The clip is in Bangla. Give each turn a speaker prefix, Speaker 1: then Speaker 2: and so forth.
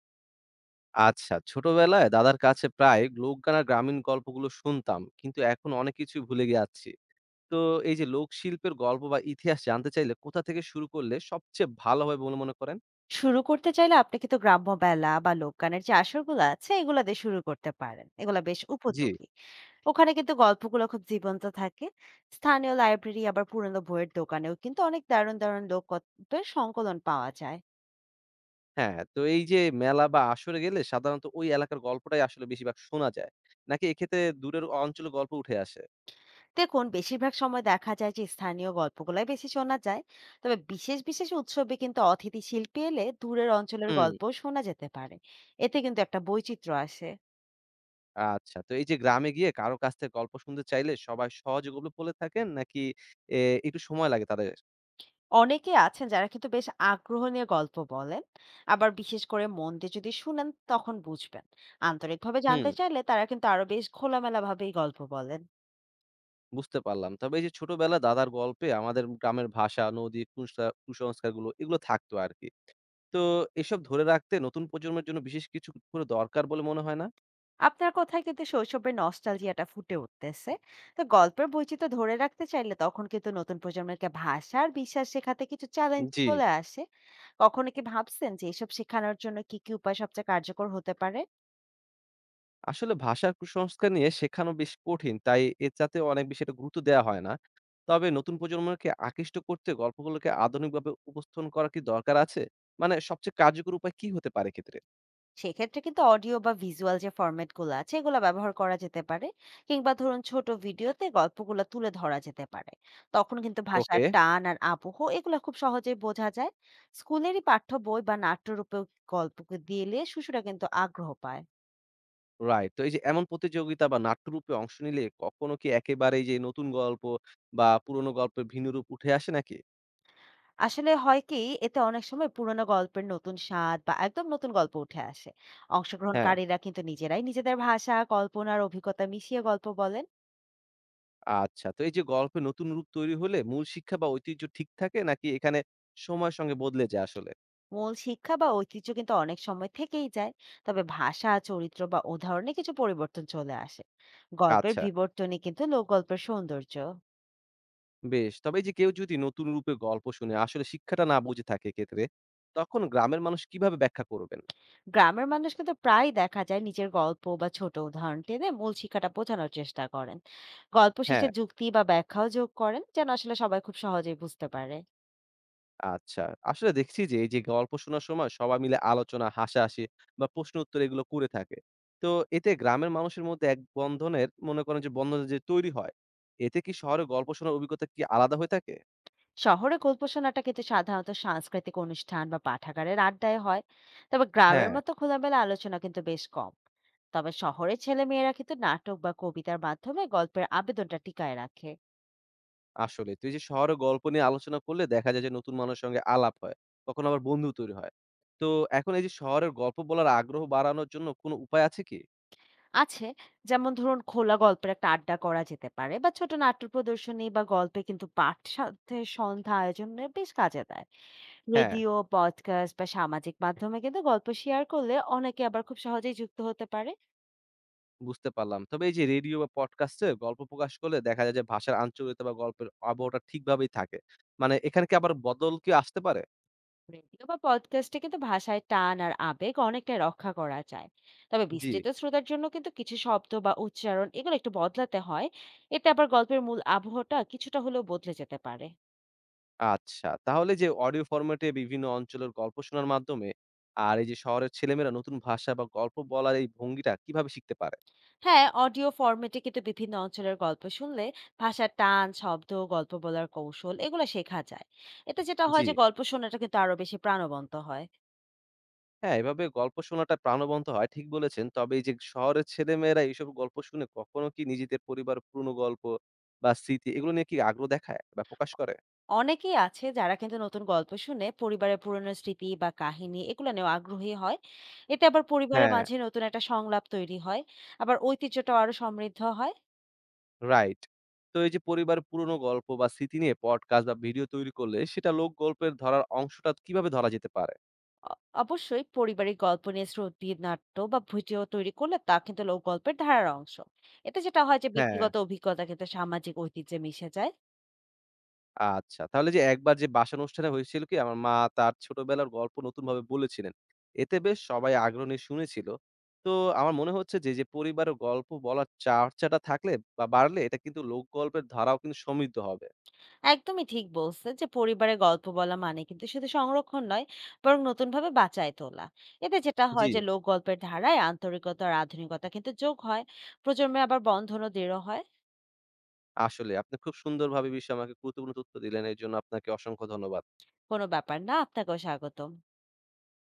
Speaker 1: আচ্ছা, ছোটবেলায় দাদার কাছে প্রায় লোকগান আর গ্রামীণ গল্পগুলো শুনতাম। কিন্তু এখন অনেক কিছু ভুলে যাচ্ছি। তো এই যে লোকশিল্পের গল্প বা ইতিহাস জানতে চাইলে কোথা থেকে শুরু করলে সবচেয়ে ভালো হয় বলে মনে করেন?
Speaker 2: শুরু করতে চাইলে আপনি কিন্তু গ্রাম্য মেলা বা লোকগানের যে আসরগুলো আছে এগুলা দিয়ে শুরু করতে পারেন, এগুলা বেশ
Speaker 1: জি।
Speaker 2: উপযোগী। ওখানে কিন্তু গল্পগুলো খুব জীবন্ত থাকে। স্থানীয় লাইব্রেরি আবার পুরনো বইয়ের দোকানেও কিন্তু অনেক দারুণ দারুণ লোকগল্পের সংকলন পাওয়া যায়।
Speaker 1: হ্যাঁ, এই যে মেলা বা আসরে গেলে সাধারণত ওই এলাকার গল্পটাই আসলে বেশিরভাগ শোনা যায়। নাকি এক্ষেত্রে দূরের অঞ্চলের গল্প উঠে আসে?
Speaker 2: দেখুন, বেশিরভাগ সময় দেখা যায় যে স্থানীয় গল্পগুলাই বেশি শোনা যায়। তবে বিশেষ বিশেষ উৎসবে কিন্তু অতিথি শিল্পী এলে দূরের অঞ্চলের
Speaker 1: হুম।
Speaker 2: গল্প শোনা যেতে পারে। এতে কিন্তু একটা বৈচিত্র্য আসে।
Speaker 1: আচ্ছা, তো এই যে গ্রামে গিয়ে কারো কাছ থেকে গল্প শুনতে চাইলে সবাই সহজে গল্প বলে থাকেন নাকি এ একটু সময় লাগে তাদের?
Speaker 2: অনেকে আছেন যারা কিন্তু বেশ আগ্রহ নিয়ে গল্প বলেন। আবার বিশেষ করে মন দিয়ে যদি শুনেন তখন বুঝবেন, আন্তরিকভাবে
Speaker 1: হুম।
Speaker 2: জানতে চাইলে তারা কিন্তু আরো বেশ খোলামেলা ভাবেই গল্প বলেন।
Speaker 1: বুঝতে পারলাম। তবে এই যে ছোটবেলা দাদার গল্পে আমাদের গ্রামের ভাষা, নদী, কুসংস্কারগুলো এগুলো থাকতো আরকি। তো এসব ধরে রাখতে নতুন প্রজন্মের জন্য বিশেষ কিছু করে দরকার বলে মনে হয় না?
Speaker 2: আপনার কথায় কিন্তু শৈশবের নস্টালজিয়াটা ফুটে উঠতেছে। তো গল্পের বৈচিত্র্য ধরে রাখতে চাইলে তখন কিন্তু নতুন প্রজন্মকে ভাষা আর বিশ্বাস শেখাতে কিছু চ্যালেঞ্জ
Speaker 1: জি।
Speaker 2: চলে আসে। কখনো কি ভাবছেন যে এসব শেখানোর জন্য কি কি উপায় সবচেয়ে কার্যকর হতে পারে?
Speaker 1: আসলে ভাষার কুসংস্কার নিয়ে শেখানো বেশ কঠিন। তাই এটাতে অনেক বেশি একটা গুরুত্ব দেওয়া হয় না। তবে নতুন প্রজন্মকে আকৃষ্ট করতে গল্পগুলোকে আধুনিকভাবে উপস্থাপন করা কি দরকার আছে? মানে সবচেয়ে কার্যকর উপায় কি হতে পারে এক্ষেত্রে?
Speaker 2: সেক্ষেত্রে কিন্তু অডিও বা ভিজুয়াল যে ফরম্যাট গুলো আছে এগুলো ব্যবহার করা যেতে পারে। কিংবা ধরুন ছোট ভিডিওতে গল্পগুলো তুলে ধরা যেতে পারে। তখন কিন্তু
Speaker 1: ওকে।
Speaker 2: ভাষার টান আর আবহ এগুলো খুব সহজেই বোঝা যায়। স্কুলেরই পাঠ্য বই বা নাট্যরূপে গল্পকে দিলে শিশুরা কিন্তু আগ্রহ পায়।
Speaker 1: রাইট। তো এই যে এমন প্রতিযোগিতা বা নাট্যরূপে অংশ নিলে কখনো কি একেবারেই যে নতুন গল্প বা পুরনো গল্পের ভিন্ন রূপ উঠে আসে নাকি?
Speaker 2: আসলে হয় কি, এতে অনেক সময় পুরোনো গল্পের নতুন স্বাদ বা একদম নতুন গল্প উঠে আসে।
Speaker 1: হ্যাঁ।
Speaker 2: অংশগ্রহণকারীরা কিন্তু নিজেরাই নিজেদের ভাষা কল্পনার অভিজ্ঞতা মিশিয়ে গল্প বলেন।
Speaker 1: আচ্ছা। তো এই যে গল্পে নতুন রূপ তৈরি হলে মূল শিক্ষা বা ঐতিহ্য ঠিক থাকে নাকি এখানে সময়ের সঙ্গে বদলে যায় আসলে?
Speaker 2: মূল শিক্ষা বা ঐতিহ্য কিন্তু অনেক সময় থেকেই যায়। তবে ভাষা চরিত্র বা উদাহরণে কিছু পরিবর্তন চলে আসে। গল্পের
Speaker 1: আচ্ছা,
Speaker 2: বিবর্তনই কিন্তু লোকগল্পের সৌন্দর্য।
Speaker 1: বেশ। তবে এই যে কেউ যদি নতুন রূপে গল্প শুনে আসলে শিক্ষাটা না বুঝে থাকে এক্ষেত্রে, তখন গ্রামের মানুষ কিভাবে ব্যাখ্যা করবেন?
Speaker 2: গ্রামের মানুষ কিন্তু প্রায় দেখা যায় নিজের গল্প বা ছোট উদাহরণ টেনে মূল শিক্ষাটা বোঝানোর চেষ্টা করেন। গল্প শেষে
Speaker 1: হ্যাঁ।
Speaker 2: যুক্তি বা ব্যাখ্যাও যোগ করেন যেন আসলে সবাই খুব সহজেই বুঝতে পারে।
Speaker 1: আচ্ছা। আসলে দেখছি যে এই যে গল্প শোনার সময় সবাই মিলে আলোচনা, হাসাহাসি বা প্রশ্ন উত্তর এগুলো করে থাকে। তো এতে গ্রামের মানুষের মধ্যে এক বন্ধনের মনে করেন যে বন্ধন যে তৈরি হয়, এতে কি শহরে গল্প শোনার অভিজ্ঞতা কি আলাদা হয়ে থাকে?
Speaker 2: শহরে গল্প শোনাটা কিন্তু সাধারণত সাংস্কৃতিক অনুষ্ঠান বা পাঠাগারের আড্ডায় হয়। তবে গ্রামের
Speaker 1: হ্যাঁ,
Speaker 2: মতো খোলামেলা আলোচনা কিন্তু বেশ কম। তবে শহরের ছেলে মেয়েরা কিন্তু নাটক বা কবিতার মাধ্যমে গল্পের আবেদনটা টিকায় রাখে।
Speaker 1: আসলে। এই যে শহরে গল্প নিয়ে আলোচনা করলে দেখা যায় যে নতুন মানুষের সঙ্গে আলাপ হয়। কখনো আবার বন্ধু তৈরি হয়। তো এখন এই যে শহরের গল্প বলার আগ্রহ বাড়ানোর জন্য কোনো উপায় আছে কি?
Speaker 2: আছে। যেমন ধরুন খোলা গল্পের একটা আড্ডা করা যেতে পারে বা ছোট নাট্য প্রদর্শনী বা গল্পে কিন্তু পাঠ সাথে সন্ধ্যা আয়োজনে বেশ কাজে দেয়।
Speaker 1: হ্যাঁ।
Speaker 2: রেডিও পডকাস্ট বা সামাজিক মাধ্যমে কিন্তু গল্প শেয়ার করলে অনেকে আবার খুব সহজেই যুক্ত হতে পারে।
Speaker 1: বুঝতে পারলাম। তবে এই যে রেডিও বা পডকাস্টে গল্প প্রকাশ করলে দেখা যায় যে ভাষার আঞ্চলিকতা বা গল্পের আবহটা ঠিকভাবেই থাকে। মানে এখানে কি আবার বদল কি আসতে পারে?
Speaker 2: রেডিও বা পডকাস্টে কিন্তু ভাষায় টান আর আবেগ অনেকটাই রক্ষা করা যায়। তবে
Speaker 1: জি,
Speaker 2: বিস্তৃত শ্রোতার জন্য কিন্তু কিছু শব্দ বা উচ্চারণ এগুলো একটু বদলাতে হয়। এতে আবার গল্পের মূল আবহটা কিছুটা হলেও বদলে যেতে পারে।
Speaker 1: আচ্ছা। তাহলে যে অডিও ফরম্যাটে বিভিন্ন অঞ্চলের গল্প শোনার মাধ্যমে আর এই যে শহরের ছেলেমেয়েরা নতুন ভাষা বা গল্প বলার এই ভঙ্গিটা কিভাবে শিখতে পারে?
Speaker 2: হ্যাঁ, অডিও ফরম্যাটে কিন্তু বিভিন্ন অঞ্চলের গল্প শুনলে ভাষার টান শব্দ গল্প বলার কৌশল এগুলো শেখা যায়। এতে যেটা
Speaker 1: জি।
Speaker 2: হয় যে গল্প শোনাটা কিন্তু আরো বেশি প্রাণবন্ত হয়।
Speaker 1: হ্যাঁ, এভাবে গল্প শোনাটা প্রাণবন্ত হয় ঠিক বলেছেন। তবে এই যে শহরের ছেলেমেয়েরা এইসব গল্প শুনে কখনো কি নিজেদের পরিবার পুরনো গল্প বা স্মৃতি এগুলো নিয়ে কি আগ্রহ দেখায় বা প্রকাশ করে?
Speaker 2: অনেকেই আছে যারা কিন্তু নতুন গল্প শুনে পরিবারের পুরনো স্মৃতি বা কাহিনী এগুলো নিয়েও আগ্রহী হয়। এতে আবার পরিবারের
Speaker 1: হ্যাঁ।
Speaker 2: মাঝে নতুন একটা সংলাপ তৈরি হয়। আবার ঐতিহ্যটাও আরো সমৃদ্ধ হয়।
Speaker 1: রাইট। তো এই যে পরিবারের পুরনো গল্প বা স্মৃতি নিয়ে পডকাস্ট বা ভিডিও তৈরি করলে সেটা লোকগল্পের ধরার অংশটা কিভাবে ধরা যেতে পারে?
Speaker 2: অ- অবশ্যই পারিবারিক গল্প নিয়ে শ্রুতি নাট্য বা ভিডিও তৈরি করলে তা কিন্তু লোকগল্পের ধারার অংশ। এতে যেটা হয় যে
Speaker 1: হ্যাঁ।
Speaker 2: ব্যক্তিগত অভিজ্ঞতা কিন্তু সামাজিক ঐতিহ্যে মিশে যায়।
Speaker 1: আচ্ছা। তাহলে যে একবার যে বাসার অনুষ্ঠানে হয়েছিল কি আমার মা তার ছোটবেলার গল্প নতুনভাবে বলেছিলেন। এতে বেশ সবাই আগ্রহ নিয়ে শুনেছিল। তো আমার মনে হচ্ছে যে, যে পরিবারের গল্প বলার চর্চাটা থাকলে বা বাড়লে এটা কিন্তু লোকগল্পের ধারাও কিন্তু সমৃদ্ধ হবে।
Speaker 2: একদমই ঠিক বলছেন যে পরিবারে গল্প বলা মানে কিন্তু শুধু সংরক্ষণ নয়, বরং নতুনভাবে বাঁচায় তোলা। এতে যেটা
Speaker 1: জি।
Speaker 2: হয় যে লোক গল্পের ধারায় আন্তরিকতা আর আধুনিকতা কিন্তু যোগ হয়। প্রজন্মে আবার বন্ধনও দৃঢ় হয়।
Speaker 1: আসলে আপনি খুব সুন্দরভাবে এই বিষয়ে আমাকে গুরুত্বপূর্ণ তথ্য দিলেন। এর জন্য আপনাকে অসংখ্য ধন্যবাদ।
Speaker 2: কোনো ব্যাপার না, আপনাকেও স্বাগতম।